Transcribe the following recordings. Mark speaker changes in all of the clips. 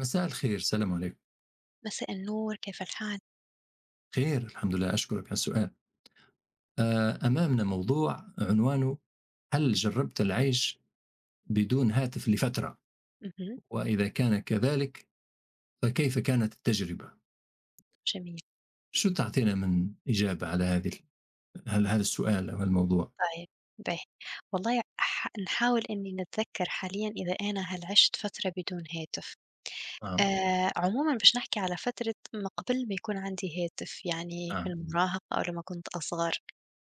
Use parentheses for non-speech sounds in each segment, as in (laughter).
Speaker 1: مساء الخير، السلام عليكم.
Speaker 2: مساء النور، كيف الحال؟
Speaker 1: خير الحمد لله، أشكرك على السؤال. أمامنا موضوع عنوانه: "هل جرّبت العيش بدون هاتف لفترة؟
Speaker 2: اهم،
Speaker 1: وإذا كان كذلك فكيف كانت التجربة؟"
Speaker 2: جميل.
Speaker 1: شو تعطينا من إجابة على هذه هل هذا السؤال أو الموضوع؟
Speaker 2: طيب باهي. والله ح نحاول إني نتذكّر حاليًا إذا أنا هل عِشت فترة بدون هاتف.
Speaker 1: نعم،
Speaker 2: عمومًا باش نحكي على فترة ما قبل ما يكون عندي هاتف، يعني في
Speaker 1: نعم.
Speaker 2: المراهقة أو لمّا كنت أصغر.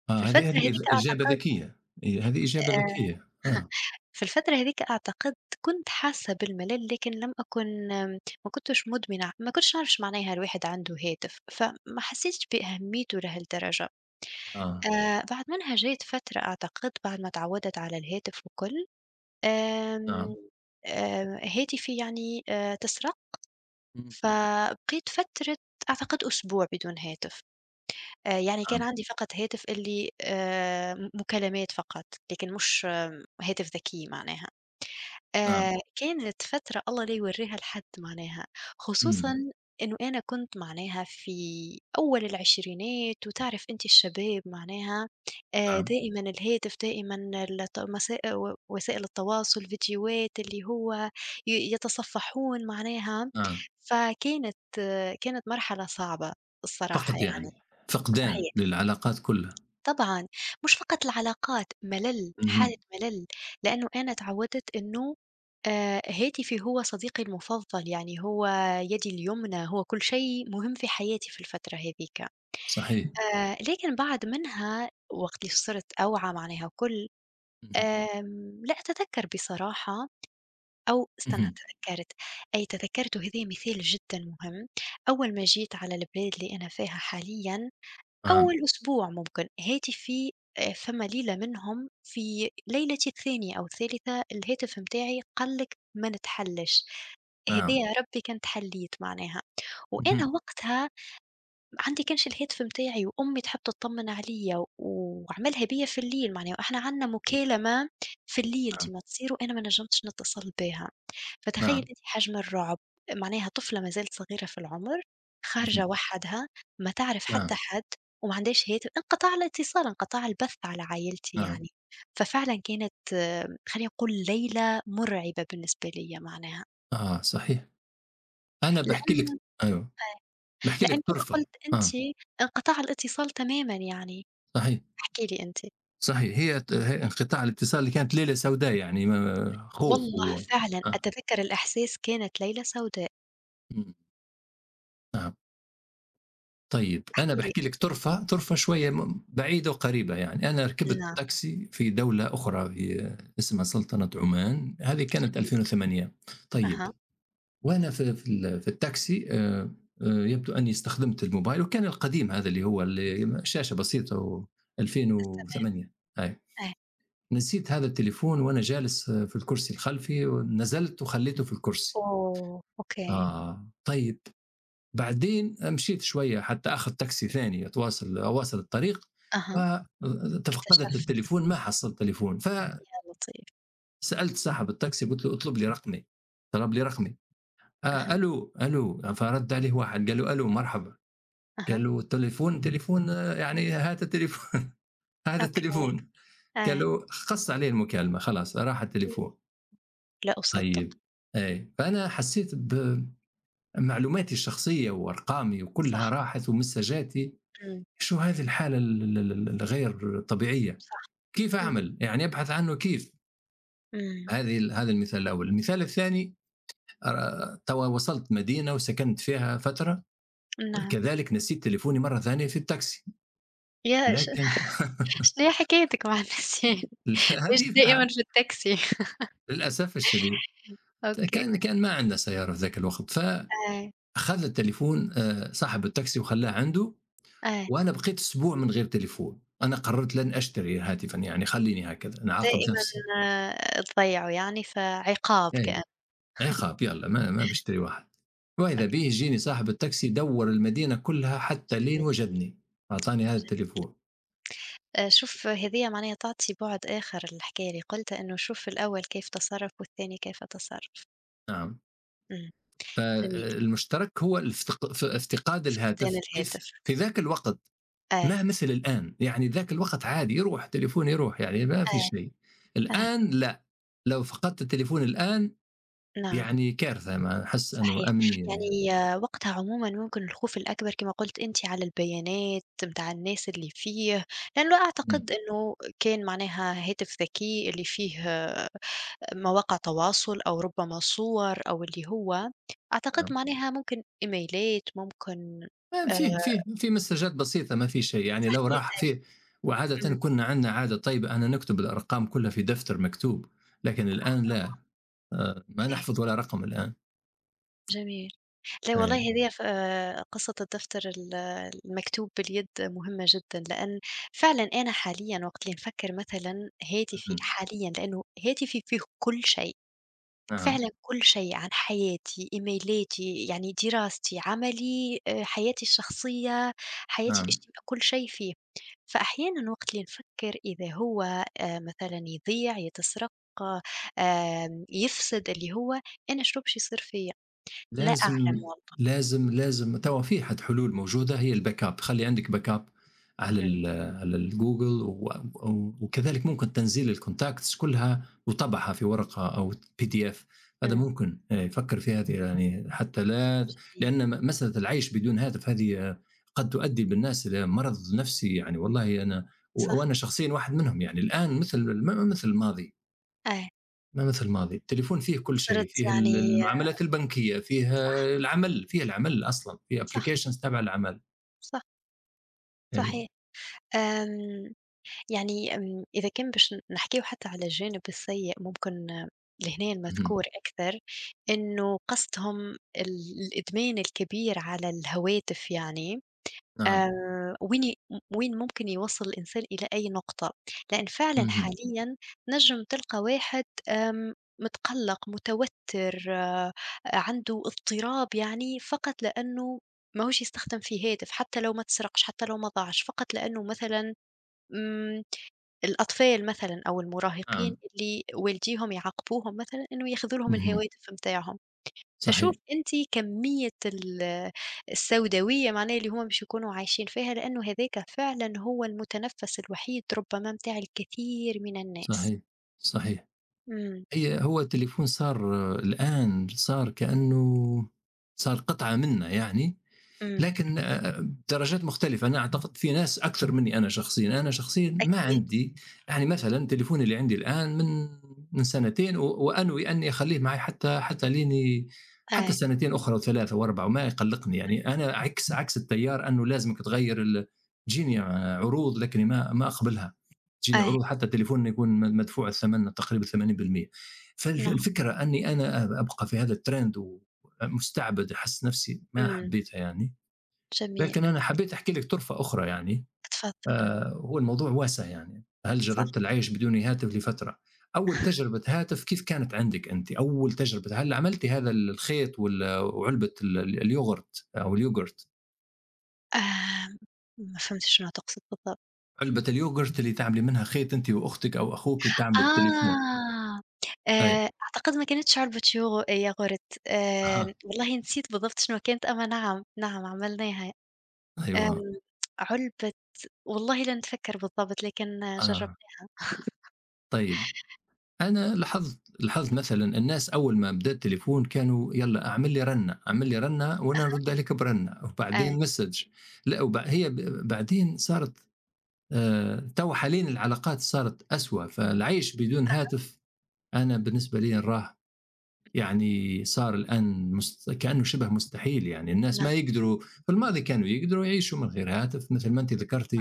Speaker 1: آه،
Speaker 2: في
Speaker 1: هذه
Speaker 2: الفترة
Speaker 1: هذه إج
Speaker 2: هاذيك
Speaker 1: إجابة
Speaker 2: أعتقد
Speaker 1: ذكية. هذه إجابة
Speaker 2: آآ
Speaker 1: ذكية. آه،
Speaker 2: في الفترة هذيك أعتقد كنت حاسة بالملل، لكن لم أكن، ما كنتش مدمنة، ما كنتش نعرف إيش معناها الواحد عنده هاتف، فما حسيتش بأهميته لهالدرجة.
Speaker 1: آه،
Speaker 2: بعد منها جات فترة أعتقد بعد ما تعودت على الهاتف والكل، آمم،
Speaker 1: نعم،
Speaker 2: هاتفي يعني تسرق،
Speaker 1: إمم،
Speaker 2: فبقيت فترة أعتقد أسبوع بدون هاتف. يعني كان
Speaker 1: نعم،
Speaker 2: عندي فقط هاتف اللي مكالمات فقط، لكن مش هاتف ذكي معناها.
Speaker 1: نعم،
Speaker 2: كانت فترة الله لا يورّيها لحد معناها، خصوصًا
Speaker 1: إمم،
Speaker 2: إنه أنا كنت معناها في أول العشرينات، وتعرف أنت الشباب معناها
Speaker 1: نعم،
Speaker 2: دائمًا الهاتف، دائمًا الت مسا و وسائل التواصل، فيديوهات اللي هو يتصفحون معناها.
Speaker 1: نعم.
Speaker 2: فكانت كانت مرحلة صعبة الصراحة يعني.
Speaker 1: يعني، فقدان
Speaker 2: صحيح،
Speaker 1: للعلاقات كلها.
Speaker 2: طبعًا. مش فقط العلاقات، ملل، حالة
Speaker 1: اهم،
Speaker 2: ملل، لأنه أنا اتعودت إنه هاتفي هو صديقي المفضل، يعني هو يدي اليمنى، هو كل شيء مهم في حياتي في الفترة هاذيك.
Speaker 1: صحيح.
Speaker 2: لكن بعد منها وقت اللي صرت أوعى معناها وكل،
Speaker 1: اهم.
Speaker 2: لا أتذكر بصراحة، أو استنى
Speaker 1: اهم.
Speaker 2: تذكرت. أي تذكرت، وهذا مثال جدًا مهم. أول ما جيت على البلاد اللي أنا فيها حاليًا، أول
Speaker 1: نعم،
Speaker 2: أسبوع ممكن هاتف فيه فما ليلة منهم في ليلتي الثانية أو الثالثة الهاتف متاعي قال لِك ما نتحلّش،
Speaker 1: نعم.
Speaker 2: هدايا ربي كنت حلّيت معناها. وأنا
Speaker 1: اهم.
Speaker 2: وقتها عندي كانش الهاتف متاعي، وأمي تحب تطمّن عليَّ وعملها بيّا في الليل معناها، وإحنا عندنا مكالمة في الليل
Speaker 1: نعم،
Speaker 2: ديما تصير، وأنا ما نجمتش نتصل بيها. فتخيّل
Speaker 1: نعم،
Speaker 2: أنت حجم الرعب، معناها طفلة ما زالت صغيرة في العمر،
Speaker 1: اهم.
Speaker 2: خارجة وحدها، ما تعرف حتى
Speaker 1: نعم،
Speaker 2: حد وما عندهاش هاتف، انقطع الاتصال، انقطاع البث على عايلتي
Speaker 1: نعم.
Speaker 2: يعني. ففعلًا كانت، خلّينا نقول ليلة مرعبة بالنسبة ليَّ معناها.
Speaker 1: آه، صحيح. أنا باحكي لِك،
Speaker 2: لأن
Speaker 1: أيوه، باحكي لِك
Speaker 2: لأن كما
Speaker 1: طرفة.
Speaker 2: قُلت أنتِ،
Speaker 1: آه،
Speaker 2: انقطاع الاتصال تمامًا يعني.
Speaker 1: صحيح،
Speaker 2: احكِ لي أنتِ.
Speaker 1: صحيح. هي انقطاع الاتصال كانت ليلة سوداء، يعني ما خوف
Speaker 2: والله
Speaker 1: و
Speaker 2: فعلًا
Speaker 1: آه،
Speaker 2: أتذكّر الإحساس، كانت ليلة سوداء.
Speaker 1: إمم، نعم. طيب،
Speaker 2: احكِ
Speaker 1: أنا
Speaker 2: لي
Speaker 1: باحكي لِك
Speaker 2: أنتِ.
Speaker 1: طرفة، طرفة شوية
Speaker 2: اهم.
Speaker 1: بعيدة وقريبة يعني. أنا ركبت
Speaker 2: نعم.
Speaker 1: تاكسي في دولة أخرى، اسمها سلطنة عمان، هذه كانت
Speaker 2: جميل.
Speaker 1: 2008. طيب،
Speaker 2: أها.
Speaker 1: وأنا في التاكسي، يبدو أني استخدمت الموبايل، وكان القديم هذا اللي هو شاشة بسيطة،
Speaker 2: تمام.
Speaker 1: و2008، أيوه.
Speaker 2: أ
Speaker 1: نسيت هذا التليفون وأنا جالس، آه، في الكرسي الخلفي، ونزلت وخليته في الكرسي.
Speaker 2: أوه! أوكي.
Speaker 1: آه، طيب، بعدين مشيت شوية حتى آخذ تاكسي ثاني، أواصل الطريق،
Speaker 2: أها.
Speaker 1: آآ تفقدت
Speaker 2: اكتشفت،
Speaker 1: التليفون ما حصلت تليفون. فسألت
Speaker 2: يا لطيف.
Speaker 1: صاحب التاكسي، قُلت له: "اطلب لي رقمي." طلب لي رقمي. آه،
Speaker 2: أها،
Speaker 1: ألو، ألو، فرَد عليه واحد قال له: "ألو مرحبًا."
Speaker 2: أها.
Speaker 1: قال له: "التليفون تليفون آه، يعني هات التليفون، (laughs) هات
Speaker 2: أوكي.
Speaker 1: التليفون." قال
Speaker 2: آه.
Speaker 1: له خَص عليه المكالمة خلاص، راح
Speaker 2: إمم.
Speaker 1: التليفون.
Speaker 2: لا أصدّق.
Speaker 1: طيب، أي، فأنا حسّيت بمعلوماتي الشخصية وأرقامي
Speaker 2: صح.
Speaker 1: وكلّها راحت ومسّاجاتي.
Speaker 2: إمم.
Speaker 1: شو هذه الحالة ال ال ال الغير طبيعية؟
Speaker 2: صح.
Speaker 1: كيف
Speaker 2: إمم.
Speaker 1: أعمل؟ يعني أبحث عنه كيف؟
Speaker 2: إمم.
Speaker 1: هذه ال هذا المثال الأول. المثال الثاني، توا وصلت مدينة وسكنت فيها فترة،
Speaker 2: نعم.
Speaker 1: كذلك نسيت تليفوني مرّة ثانية في التاكسي،
Speaker 2: يا ش
Speaker 1: لكن
Speaker 2: (laughs) شنو هي حكايتِك مع النسيان؟
Speaker 1: (laughs)
Speaker 2: (laughs) ليش
Speaker 1: هذه
Speaker 2: دائمًا في التاكسي؟
Speaker 1: للأسف الشديد
Speaker 2: (laughs) أوكي.
Speaker 1: كان ما عندنا سيارة في ذاك الوقت، فأخذ
Speaker 2: آه.
Speaker 1: التليفون صاحب التاكسي وخلّاه عنده،
Speaker 2: آه.
Speaker 1: وأنا بقيت أسبوع من غير تليفون. أنا قررت لن أشتري هاتفًا، يعني خلّيني هكذا، أنا أعاقب
Speaker 2: دائمًا،
Speaker 1: نفسي،
Speaker 2: تضيّعوا يعني فعقاب كأن.
Speaker 1: إيه، عقاب، يالّا ما ما باشتري واحد. وإذا به
Speaker 2: أوكي،
Speaker 1: يجيني صاحب التاكسي دوّر المدينة كلّها حتى لين
Speaker 2: جميل.
Speaker 1: وجدني، أعطاني هذا
Speaker 2: جميل.
Speaker 1: التليفون.
Speaker 2: شوف هذيّة معناها تعطي بُعد آخر للحكاية اللي قُلتها، إنه شوف الأول كيف تصرّف والثاني كيف تصرّف.
Speaker 1: نعم.
Speaker 2: إمم، جميل.
Speaker 1: فالمشترك هو افتقاد
Speaker 2: فقدان
Speaker 1: الهاتف. كيف
Speaker 2: الهاتف.
Speaker 1: في ذاك الوقت،
Speaker 2: آه،
Speaker 1: ما مثل الآن، يعني ذاك الوقت عادي يروح تليفون يروح، يعني ما في
Speaker 2: آه،
Speaker 1: شيء.
Speaker 2: آه،
Speaker 1: الآن لا، لو فقدت التليفون الآن
Speaker 2: نعم،
Speaker 1: يعني كارثة، ما أحس أنه
Speaker 2: صحيح.
Speaker 1: أمنيا يعني.
Speaker 2: يعني وقتها عمومًا ممكن الخوف الأكبر كما قُلت أنت على البيانات متاع الناس اللي فيه، لأنه
Speaker 1: مم.
Speaker 2: أعتقد إنه كان معناها هاتف ذكي اللي فيه مواقع تواصل أو ربما صور أو اللي هو أعتقد
Speaker 1: نعم،
Speaker 2: معناها ممكن إيميلات ممكن
Speaker 1: آه،
Speaker 2: آآ
Speaker 1: في مسجات بسيطة ما في شيء يعني لو
Speaker 2: صحيح،
Speaker 1: راح
Speaker 2: صحيح.
Speaker 1: في. وعادة
Speaker 2: إمم،
Speaker 1: كنا عندنا عادة طيبة، أنا نكتب الأرقام كلها في دفتر مكتوب، لكن الآن لا.
Speaker 2: آه،
Speaker 1: آه، ما
Speaker 2: أوكي،
Speaker 1: نحفظ ولا رقم الآن.
Speaker 2: جميل. لا والله
Speaker 1: آه،
Speaker 2: هذيّا ف قصة الدفتر المكتوب باليد مهمة جدًا، لأن فعلًا أنا حاليًا وقت اللي نفكر مثلًا هاتفي
Speaker 1: مم.
Speaker 2: حاليًا، لأنه هاتفي فيه كل شيء.
Speaker 1: نعم،
Speaker 2: فعلًا كل شيء عن حياتي: إيميلاتي، يعني دراستي، عملي، حياتي الشخصية، حياتي
Speaker 1: نعم،
Speaker 2: الاجتماع، كل شيء فيه. فأحيانًا وقت اللي نفكر إذا هو مثلًا يضيع، يتسرق، يفسد اللي هو، أنا شنو باش يصير فيّا؟ لا أعلم
Speaker 1: لازم
Speaker 2: والله.
Speaker 1: لازم توا في حد حلول موجودة، هي الباك أب، خلّي عندك باك أب على
Speaker 2: إمم،
Speaker 1: ال على الجوجل، و وكذلك ممكن تنزيل الcontacts كلها وطبعها في ورقة أو PDF. هذا
Speaker 2: إمم،
Speaker 1: ممكن. فكّر في هذه يعني حتى لا،
Speaker 2: جميل،
Speaker 1: لأن مسألة العيش بدون هاتف هذه آه، قد تؤدي بالناس إلى مرض نفسي يعني. والله أنا،
Speaker 2: صح،
Speaker 1: وأنا شخصيًا واحد منهم يعني الآن مثل مثل الماضي.
Speaker 2: إيه،
Speaker 1: ما مثل الماضي، التليفون فيه كل شيء،
Speaker 2: صرت
Speaker 1: فيه
Speaker 2: يعني
Speaker 1: المعاملات البنكية، فيه
Speaker 2: صح،
Speaker 1: العمل. فيه العمل أصلًا، فيه
Speaker 2: صح،
Speaker 1: applications تبع العمل،
Speaker 2: صح،
Speaker 1: أيوه،
Speaker 2: صحيح. آمم يعني، إذا كان باش نحكيو حتى على الجانب السيء، ممكن لهنا
Speaker 1: اهم،
Speaker 2: المذكور أكثر، إنه قصدهم ال الإدمان الكبير على الهواتف يعني.
Speaker 1: نعم،
Speaker 2: آآ وين ي وين ممكن يوصّل الإنسان إلى أي نقطة، لإن فعلًا
Speaker 1: اهم،
Speaker 2: حاليًا تنجم تلقى واحد آمم، متقلّق، متوتر، عنده اضطراب يعني، فقط لأنه ماهوش يستخدم في هاتف، حتى لو ما تسرقش، حتى لو ما ضاعش، فقط لأنه مثلًا آمم الأطفال مثلًا أو المراهقين
Speaker 1: نعم،
Speaker 2: اللي والديهم يعاقبوهم مثلًا إنه ياخذوا لهم
Speaker 1: اهم،
Speaker 2: الهواتف متاعهم. فشوف
Speaker 1: صحيح،
Speaker 2: أنت كمية السوداوية معناها اللي هُم باش يكونوا عايشين فيها، لأنه هذاك فعلًا هو المتنفس الوحيد ربما متاع الكثير من الناس.
Speaker 1: صحيح، صحيح.
Speaker 2: إمم،
Speaker 1: هو التليفون صار آه، الآن صار كأنه صار قطعة منا يعني.
Speaker 2: إمم،
Speaker 1: لكن آه، درجات مختلفه. انا اعتقد في ناس اكثر مني. انا شخصيا، انا شخصيا ما
Speaker 2: أكيد.
Speaker 1: عندي، يعني مثلا تليفوني اللي عندي الان من سنتين، وانوي اني اخليه معي حتى حتى ليني، حتى
Speaker 2: آه،
Speaker 1: سنتين اخرى وثلاثه واربعه، وما يقلقني يعني. انا عكس التيار، انه لازمك تغير تجيني عروض لكني ما ما اقبلها. تجيني
Speaker 2: آه،
Speaker 1: عروض حتى تليفون يكون مدفوع الثمن تقريبا 80%.
Speaker 2: نعم،
Speaker 1: فالفكره اني انا ابقى في هذا الترند ومستعبد، احس نفسي ما
Speaker 2: إمم،
Speaker 1: حبيتها يعني.
Speaker 2: جميل،
Speaker 1: لكن أنا حبيت أحكي لك طرفة أخرى يعني.
Speaker 2: اتفضل،
Speaker 1: آه، هو الموضوع واسع يعني، هل
Speaker 2: صح.
Speaker 1: جربت العيش بدون هاتف لفترة؟ أول
Speaker 2: (laughs)
Speaker 1: تجربة هاتف كيف كانت عندك أنت؟ أول تجربة، هل عملتي هذا الخيط وعلبة اليوغurt أو اليوغurt،
Speaker 2: آمم، ما فهمتش شنو تقصد بالضبط.
Speaker 1: علبة اليوغurt اللي تعملي منها خيط أنت وأختك أو أخوك وتعملوا بالتليفون.
Speaker 2: آه،
Speaker 1: أي،
Speaker 2: أعتقد ما كانتش عُلبة يوغ ياغورت.
Speaker 1: أها.
Speaker 2: والله نسيت بالضبط شنو كانت، أما نعم، نعم عملناها. آمم،
Speaker 1: أيوه.
Speaker 2: علبة، والله لا نتفكّر بالضبط، لكن
Speaker 1: آه.
Speaker 2: جرّبناها.
Speaker 1: طيب، أنا لاحظت، لاحظت مثلًا الناس أول ما بدأ التليفون كانوا يالّا أعمل لي رنّة، أعمل لي رنّة وأنا نرد عليك برنّة،
Speaker 2: آه،
Speaker 1: وبعدين مسج. لأ، وب هي ب بعدين صارت توا حاليًا العلاقات صارت أسوأ. فالعيش بدون هاتف أنا بالنسبة لي نراه، يعني صار الآن كأنه شِبه مستحيل يعني. الناس
Speaker 2: نعم،
Speaker 1: ما يقدروا، في الماضي كانوا يقدروا يعيشوا من غير هاتف مثل ما أنتِ ذكرتِ،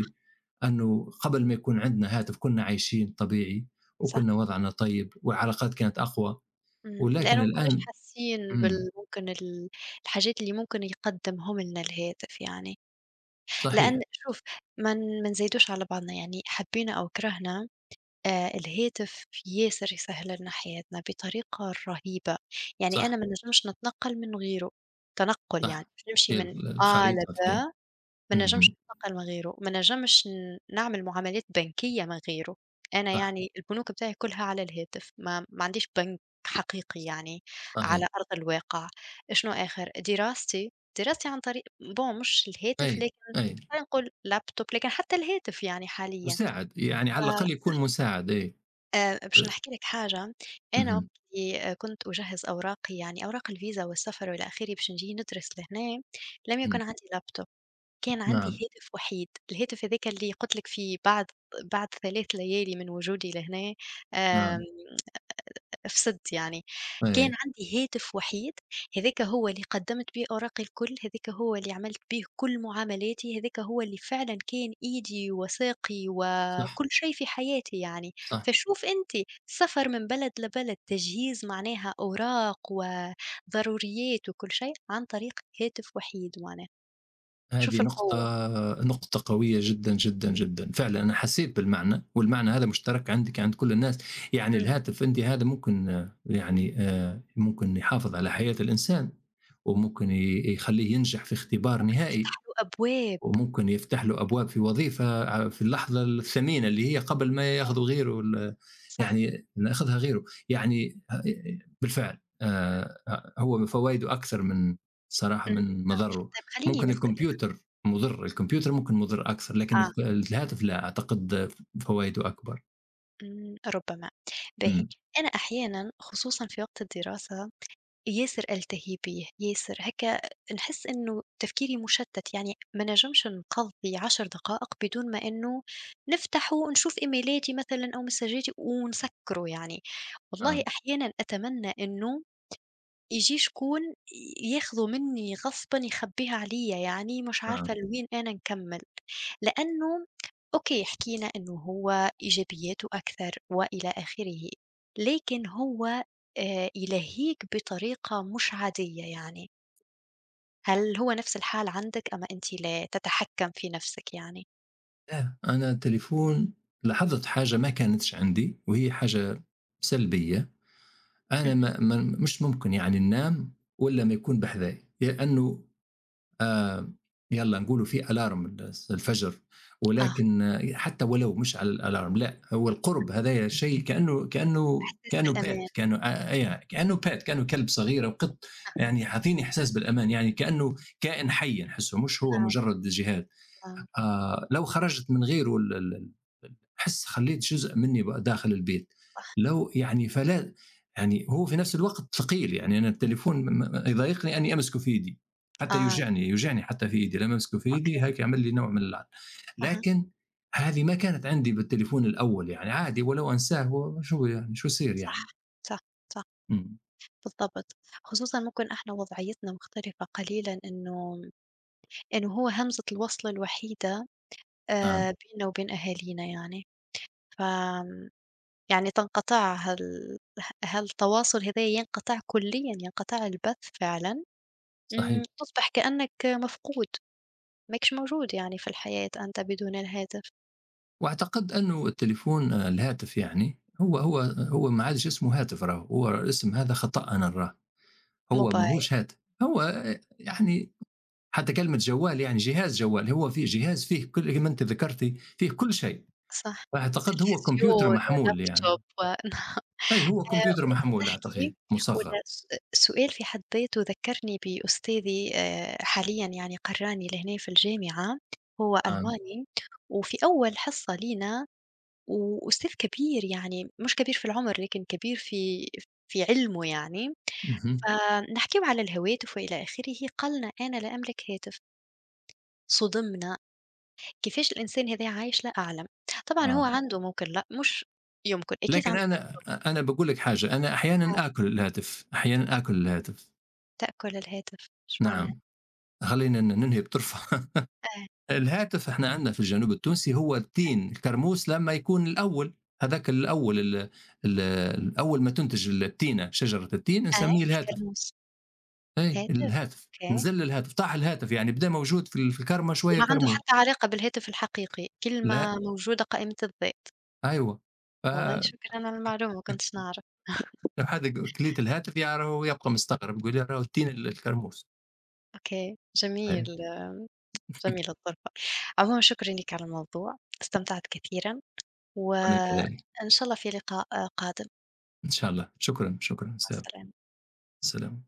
Speaker 1: أنه قبل ما يكون عندنا هاتف كنا عايشين طبيعي،
Speaker 2: صح.
Speaker 1: وكنا وضعنا طيب والعلاقات كانت أقوى.
Speaker 2: إمم، لإنه
Speaker 1: ولكن
Speaker 2: ما كناش
Speaker 1: الآن،
Speaker 2: حاسين
Speaker 1: إمم،
Speaker 2: بال، ممكن الحاجات اللي ممكن يقدّمهم لنا الهاتف يعني. لأن
Speaker 1: صحيح،
Speaker 2: شوف، ما نزايدوش على بعضنا يعني، حبينا أو كرهنا، الهاتف ياسر يسهّل لنا حياتنا بطريقة رهيبة. يعني أنا
Speaker 1: صح،
Speaker 2: ما نجمش نتنقّل من غيره، تنقُّل يعني،
Speaker 1: صح،
Speaker 2: باش نمشي
Speaker 1: في
Speaker 2: من أ
Speaker 1: الخريطة، في
Speaker 2: لب ما نجمش
Speaker 1: اهم،
Speaker 2: نتنقّل من غيره، ما نجمش نعمل معاملات بنكية من غيره. أنا
Speaker 1: صح،
Speaker 2: يعني البنوك بتاعي كلها على الهاتف، ما عنديش بنك حقيقي يعني
Speaker 1: صحيح،
Speaker 2: على أرض الواقع. شنو آخر، دراستي، دراستي عن طريق bon مش الهاتف،
Speaker 1: أي،
Speaker 2: لكن
Speaker 1: أي،
Speaker 2: خلينا نقول لابتوب، لكن حتى الهاتف يعني حاليًا.
Speaker 1: مساعد، يعني
Speaker 2: ف
Speaker 1: على الأقل يكون مساعد، أي،
Speaker 2: باش
Speaker 1: أ،
Speaker 2: نحكي لك حاجة. أنا وقت
Speaker 1: اهم،
Speaker 2: اللي كنت أجهّز أوراقي، يعني أوراق الفيزا والسفر وإلى آخره، باش نجي ندرس لهنا، لم
Speaker 1: إمم،
Speaker 2: يكن عندي لابتوب، كان عندي
Speaker 1: نعم،
Speaker 2: هاتف وحيد، الهاتف هذاك اللي قُلت لك فيه، بعد 3 ليالي من وجودي لهنا آمم
Speaker 1: نعم،
Speaker 2: فسدت يعني. كان
Speaker 1: أي،
Speaker 2: عندي هاتف وحيد، هاذاك هو اللي قدّمت بيه أوراقي الكل، هاذاك هو اللي عملت بيه كل معاملاتي، هاذاك هو اللي فعلًا كان إيدي وساقي
Speaker 1: صح،
Speaker 2: وكل شيء في حياتي يعني.
Speaker 1: صح،
Speaker 2: فشوف أنت، سفر من بلد لبلد، تجهيز معناها أوراق وضروريات وكل شيء عن طريق هاتف وحيد معناها،
Speaker 1: هذه
Speaker 2: شوف القوة.
Speaker 1: نقطة، نقطة قوية جدا جدا جدا فعلا. أنا حسيت بالمعنى، والمعنى هذا مشترك عندك عند كل الناس. يعني
Speaker 2: إمم.
Speaker 1: الهاتف عندي هذا ممكن آه، يعني آه، ممكن يحافظ على حياة الإنسان، وممكن يخليه ينجح في اختبار
Speaker 2: ممكن يفتح
Speaker 1: نهائي،
Speaker 2: له أبواب.
Speaker 1: وممكن يفتح له أبواب في وظيفة ع في اللحظة الثمينة اللي هي قبل ما
Speaker 2: صح،
Speaker 1: ياخذوا غيره ال،
Speaker 2: صح.
Speaker 1: يعني ناخذها غيره. يعني ه ي بالفعل
Speaker 2: إمم،
Speaker 1: أ هو فوايده أكثر من، صراحة،
Speaker 2: إمم.
Speaker 1: من مضرّه.
Speaker 2: طيب خلّيني
Speaker 1: ممكن
Speaker 2: نسألك.
Speaker 1: الكمبيوتر مُضِر، الكمبيوتر ممكن مُضِر أكثر، لكن
Speaker 2: آه.
Speaker 1: الهاتف لا أعتقد فوايده أكبر.
Speaker 2: إمم، ربما. باهي.
Speaker 1: إمم،
Speaker 2: أنا أحيانًا خصوصًا في وقت الدراسة ياسر ألتهي به، ياسر هكا نحس إنه تفكيري مشتت، يعني ما نجمش نقضّي 10 دقائق بدون ما إنه نفتحه ونشوف إيميلاتي مثلًا أو مسجاتي ونسكّره يعني. والله
Speaker 1: نعم،
Speaker 2: أحيانًا أتمنى إنه ييجي شكون ياخده منّي غصبًا يخبّيها عليَّ، يعني مش
Speaker 1: نعم.
Speaker 2: عارفة لوين أنا نكمّل، لأنه أوكي حكينا إنه هو إيجابياته أكثر وإلى آخره، لكن هو يلهّيك بطريقة مش عادية يعني. هل هو نفس الحال عندِك، أما أنتِ لا تتحكّم في نفسِك يعني؟
Speaker 1: لا، أنا التليفون لاحظت حاجة ما كانتش عندي، وهي حاجة سلبية. أنا
Speaker 2: اهم،
Speaker 1: ما ما مش ممكن يعني ننام والّا ما يكون بحذايا، لأنه آآ يالّا نقولوا في alarm الفجر،
Speaker 2: آه،
Speaker 1: ولكن آه، حتى ولو مش على الalarm لأ، هو القُرب هدايا شيء
Speaker 2: إحساس
Speaker 1: كإنه
Speaker 2: بالأمان،
Speaker 1: pet كإنه pet كإنه كلب صغير أو قط. يعني حاعطيني إحساس بالأمان، يعني كإنه كائن حي نحسّه، مش هو
Speaker 2: نعم،
Speaker 1: مجرّد جهاز.
Speaker 2: نعم،
Speaker 1: لو خرجت من غيره ال ال أحس خليت جزء مني بقى داخل البيت. لو يعني فلا، يعني هو في نفس الوقت ثقيل. يعني أنا التليفون يضايقني أني أمسكه في إيدي حتى
Speaker 2: آه،
Speaker 1: يوجعني، يوجعني حتى في إيدي لما أمسكه في إيدي
Speaker 2: أوكي،
Speaker 1: هيك، يعمل لي نوع من اللعن.
Speaker 2: أها،
Speaker 1: لكن هذه ما كانت عندي بالتليفون الأول يعني عادي، ولو أنساه هو شو يعني؟ شو يصير
Speaker 2: صح،
Speaker 1: يعني؟
Speaker 2: صح، صح.
Speaker 1: مم.
Speaker 2: بالضبط، خصوصًا ممكن إحنا وضعيتنا مختلفة قليلًا، إنه إنه هو همزة الوصل الوحيدة
Speaker 1: نعم،
Speaker 2: بيننا وبين أهالينا يعني. ف يعني تنقطع هال ه هالتواصل هذايا ينقطع كليًا، ينقطع البث فعلًا. إمم،
Speaker 1: صحيح.
Speaker 2: تصبح كأنك مفقود، ماكش موجود يعني في الحياة أنت بدون الهاتف.
Speaker 1: واعتقد انه التليفون آه، الهاتف يعني هو ما عادش اسمه هاتف. راه هو الاسم هذا خطأنا، راه هو
Speaker 2: موبايل.
Speaker 1: ماهوش هاتف. هو آه، يعني حتى كلمة جوال، يعني جهاز جوال، هو فيه جهاز فيه كل، كما أنتِ ذكرتِ، فيه كل شيء.
Speaker 2: صح،
Speaker 1: أعتقد هو كمبيوتر
Speaker 2: تلفزيون
Speaker 1: محمول
Speaker 2: ولابتوب
Speaker 1: يعني.
Speaker 2: و
Speaker 1: أي،
Speaker 2: (laughs)
Speaker 1: هو كمبيوتر
Speaker 2: وأنت
Speaker 1: محمول
Speaker 2: تحكي،
Speaker 1: أعتقد مُصغّر.
Speaker 2: ولا الس السؤال في حد ذاته ذكّرني بأستاذي حاليًا، يعني قرّاني لهنا في الجامعة، هو
Speaker 1: آه،
Speaker 2: ألماني، وفي أول حصة لينا، وأستاذ كبير، يعني مش كبير في العمر لكن كبير في في علمه يعني.
Speaker 1: اهم،
Speaker 2: فنحكيو على الهواتف وإلى آخره، قال لنا: "أنا لا أملك هاتف." صُدمنا، كيفاش الإنسان هذا عايش لا أعلم. طبعًا هو
Speaker 1: آه،
Speaker 2: عنده ممكن، لأ مش يمكن، أكيد
Speaker 1: لكن
Speaker 2: عنده
Speaker 1: أنا
Speaker 2: لابتوب.
Speaker 1: أنا باقول لِك حاجة، أنا
Speaker 2: آه،
Speaker 1: أحيانًا آكل الهاتف، أحيانًا آكل الهاتف،
Speaker 2: تأكل الهاتف، إيش معناها؟
Speaker 1: نعم. خلّينا ننهي بطرفة. (laughs)
Speaker 2: آه.
Speaker 1: الهاتف إحنا عندنا في الجنوب التونسي هو التين، الكرموس لمّا يكون الأول. هذاك الأول ال ال ال أول ما تنتج التينة، شجرة التين
Speaker 2: آه،
Speaker 1: نسميه الهاتف.
Speaker 2: الترموس،
Speaker 1: أي،
Speaker 2: هاتف،
Speaker 1: الهاتف،
Speaker 2: أوكي.
Speaker 1: نزل الهاتف، طاح الهاتف، يعني بدا موجود في في الكرمة شوية
Speaker 2: وما عنده
Speaker 1: كرموه.
Speaker 2: حتى علاقة بالهاتف الحقيقي،
Speaker 1: لأ،
Speaker 2: كلمة موجودة قائمة الذات.
Speaker 1: أيوه،
Speaker 2: والله
Speaker 1: فلو
Speaker 2: شكرًا على المعلومة، ما كنتش نعرف.
Speaker 1: حد كليت الهاتف يع راهو يبقى مستغرب، يقول لي راهو التين الكرموس.
Speaker 2: أوكي، جميل.
Speaker 1: أي،
Speaker 2: جميلة الظرفة. عمومًا شكرًا ليك على الموضوع، استمتعت كثيرًا،
Speaker 1: وأنا كذلك،
Speaker 2: وإن شاء الله في لقاء قادم.
Speaker 1: إن شاء الله، شكرًا، شكرًا،
Speaker 2: مع
Speaker 1: سلام،
Speaker 2: السلامة.
Speaker 1: سلام.